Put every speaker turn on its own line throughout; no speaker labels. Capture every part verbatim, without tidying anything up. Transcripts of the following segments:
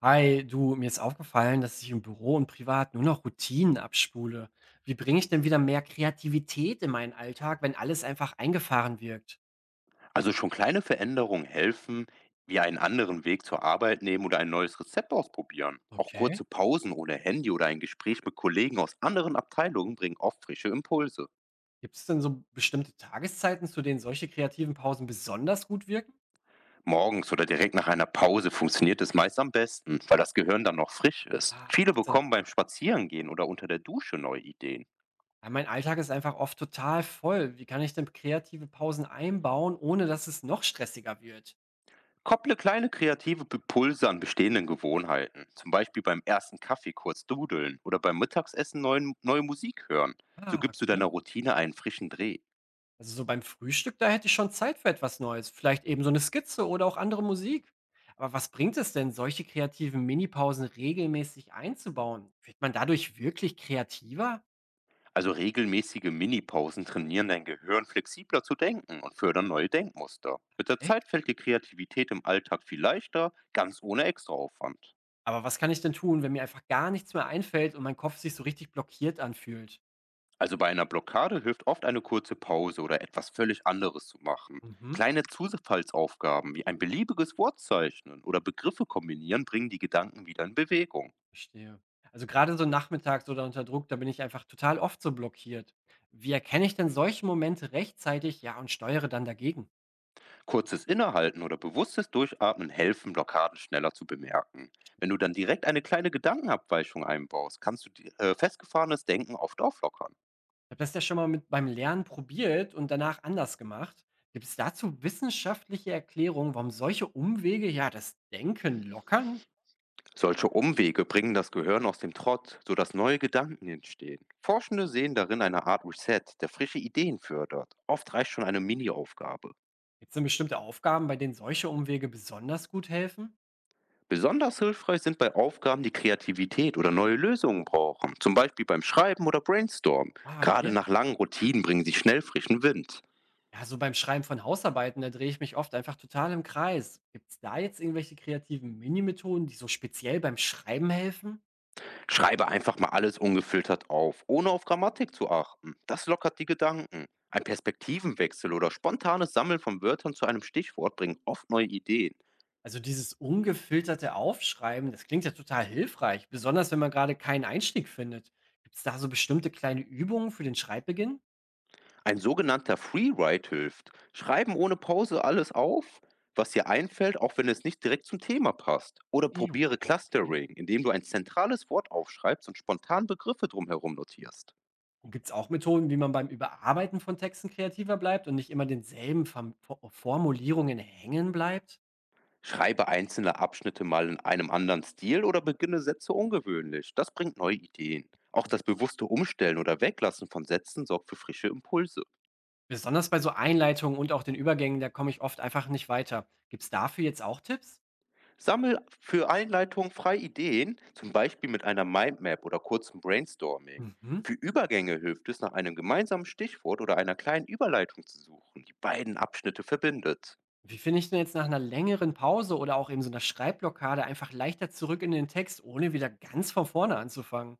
Hi, du, mir ist aufgefallen, dass ich im Büro und privat nur noch Routinen abspule. Wie bringe ich denn wieder mehr Kreativität in meinen Alltag, wenn alles einfach eingefahren wirkt?
Also schon kleine Veränderungen helfen, wie einen anderen Weg zur Arbeit nehmen oder ein neues Rezept ausprobieren. Auch kurze
Okay.
Pausen ohne Handy oder ein Gespräch mit Kollegen aus anderen Abteilungen bringen oft frische Impulse.
Gibt es denn so bestimmte Tageszeiten, zu denen solche kreativen Pausen besonders gut wirken?
Morgens oder direkt nach einer Pause funktioniert es meist am besten, weil das Gehirn dann noch frisch ist.
Ah,
Viele
macht Sinn.
bekommen beim Spazierengehen oder unter der Dusche neue Ideen.
Ja, mein Alltag ist einfach oft total voll. Wie kann ich denn kreative Pausen einbauen, ohne dass es noch stressiger wird?
Kopple kleine kreative Impulse an bestehenden Gewohnheiten, zum Beispiel beim ersten Kaffee kurz dudeln oder beim Mittagsessen neuen, neue Musik hören. So
Ah,
gibst du
okay.
deiner Routine einen frischen Dreh.
Also so beim Frühstück, da hätte ich schon Zeit für etwas Neues. Vielleicht eben so eine Skizze oder auch andere Musik. Aber was bringt es denn, solche kreativen Minipausen regelmäßig einzubauen? Wird man dadurch wirklich kreativer?
Also regelmäßige Minipausen trainieren dein Gehirn flexibler zu denken und fördern neue Denkmuster. Mit der Zeit
Echt?
fällt die Kreativität im Alltag viel leichter, ganz ohne Extraaufwand.
Aber was kann ich denn tun, wenn mir einfach gar nichts mehr einfällt und mein Kopf sich so richtig blockiert anfühlt?
Also bei einer Blockade hilft oft eine kurze Pause oder etwas völlig anderes zu machen.
Mhm,
Kleine Zufallsaufgaben wie ein beliebiges Wort zeichnen oder Begriffe kombinieren bringen die Gedanken wieder in Bewegung.
verstehe. Also gerade so nachmittags oder unter Druck, da bin ich einfach total oft so blockiert. Wie erkenne ich denn solche Momente rechtzeitig, ja, und steuere dann dagegen?
Kurzes Innehalten oder bewusstes Durchatmen helfen, Blockaden schneller zu bemerken. Wenn du dann direkt eine kleine Gedankenabweichung einbaust, kannst du die, äh, festgefahrenes Denken oft auflockern.
Ich habe das ja schon mal mit beim Lernen probiert und danach anders gemacht. Gibt es dazu wissenschaftliche Erklärungen, warum solche Umwege ja das Denken lockern?
Solche Umwege bringen das Gehirn aus dem Trott, sodass neue Gedanken entstehen. Forschende sehen darin eine Art Reset, der frische Ideen fördert. Oft reicht schon eine Mini-Aufgabe.
Gibt es denn bestimmte Aufgaben, bei denen solche Umwege besonders gut helfen?
Besonders hilfreich sind bei Aufgaben, die Kreativität oder neue Lösungen brauchen, zum Beispiel beim Schreiben oder Brainstormen.
Ah,
Gerade
okay.
nach langen Routinen bringen sie schnell frischen Wind.
Ja, so beim Schreiben von Hausarbeiten, da drehe ich mich oft einfach total im Kreis. Gibt es da jetzt irgendwelche kreativen Mini-Methoden, die so speziell beim Schreiben helfen?
Schreibe einfach mal alles ungefiltert auf, ohne auf Grammatik zu achten. Das lockert die Gedanken. Ein Perspektivenwechsel oder spontanes Sammeln von Wörtern zu einem Stichwort bringen oft neue Ideen.
Also dieses ungefilterte Aufschreiben, das klingt ja total hilfreich, besonders wenn man gerade keinen Einstieg findet. Gibt es da so bestimmte kleine Übungen für den Schreibbeginn?
Ein sogenannter Freeride hilft. Schreiben ohne Pause alles auf, was dir einfällt, auch wenn es nicht direkt zum Thema passt. Oder
Ey,
probiere
okay.
Clustering, indem du ein zentrales Wort aufschreibst und spontan Begriffe drumherum notierst.
Und gibt es auch Methoden, wie man beim Überarbeiten von Texten kreativer bleibt und nicht immer denselben Fam- Fo- Formulierungen hängen bleibt?
Schreibe einzelne Abschnitte mal in einem anderen Stil oder beginne Sätze ungewöhnlich. Das bringt neue Ideen. Auch das bewusste Umstellen oder Weglassen von Sätzen sorgt für frische Impulse.
Besonders bei so Einleitungen und auch den Übergängen, da komme ich oft einfach nicht weiter. Gibt es dafür jetzt auch Tipps?
Sammel für Einleitungen frei Ideen, zum Beispiel mit einer Mindmap oder kurzem Brainstorming.
Mhm.
Für Übergänge hilft es, nach einem gemeinsamen Stichwort oder einer kleinen Überleitung zu suchen, die beiden Abschnitte verbindet.
Wie finde ich denn jetzt nach einer längeren Pause oder auch eben so einer Schreibblockade einfach leichter zurück in den Text, ohne wieder ganz von vorne anzufangen?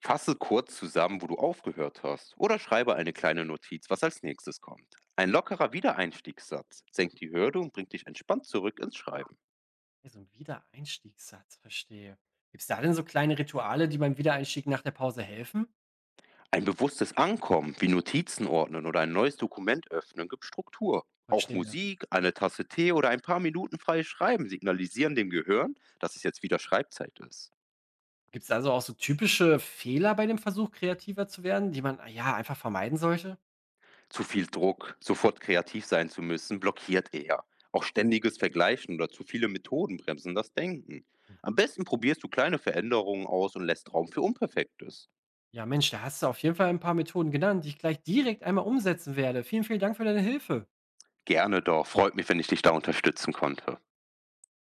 Fasse kurz zusammen, wo du aufgehört hast, oder schreibe eine kleine Notiz, was als nächstes kommt. Ein lockerer Wiedereinstiegssatz senkt die Hürde und bringt dich entspannt zurück ins Schreiben.
Ja, so 'n Wiedereinstiegssatz, verstehe. Gibt es da denn so kleine Rituale, die beim Wiedereinstieg nach der Pause helfen?
Ein bewusstes Ankommen, wie Notizen ordnen oder ein neues Dokument öffnen, gibt Struktur. Auch
Verstehe.
Musik, eine Tasse Tee oder ein paar Minuten freies Schreiben signalisieren dem Gehirn, dass es jetzt wieder Schreibzeit ist.
Gibt es also auch so typische Fehler bei dem Versuch, kreativer zu werden, die man, ah ja, einfach vermeiden sollte?
Zu viel Druck, sofort kreativ sein zu müssen, blockiert eher. Auch
Verstehe.
ständiges Vergleichen oder zu viele Methoden bremsen das Denken.
Mhm.
Am besten probierst du kleine Veränderungen aus und lässt Raum für Unperfektes.
Ja, Mensch, da hast du auf jeden Fall ein paar Methoden genannt, die ich gleich direkt einmal umsetzen werde. Vielen, vielen Dank für deine Hilfe.
Gerne doch, freut mich, wenn ich dich da unterstützen konnte.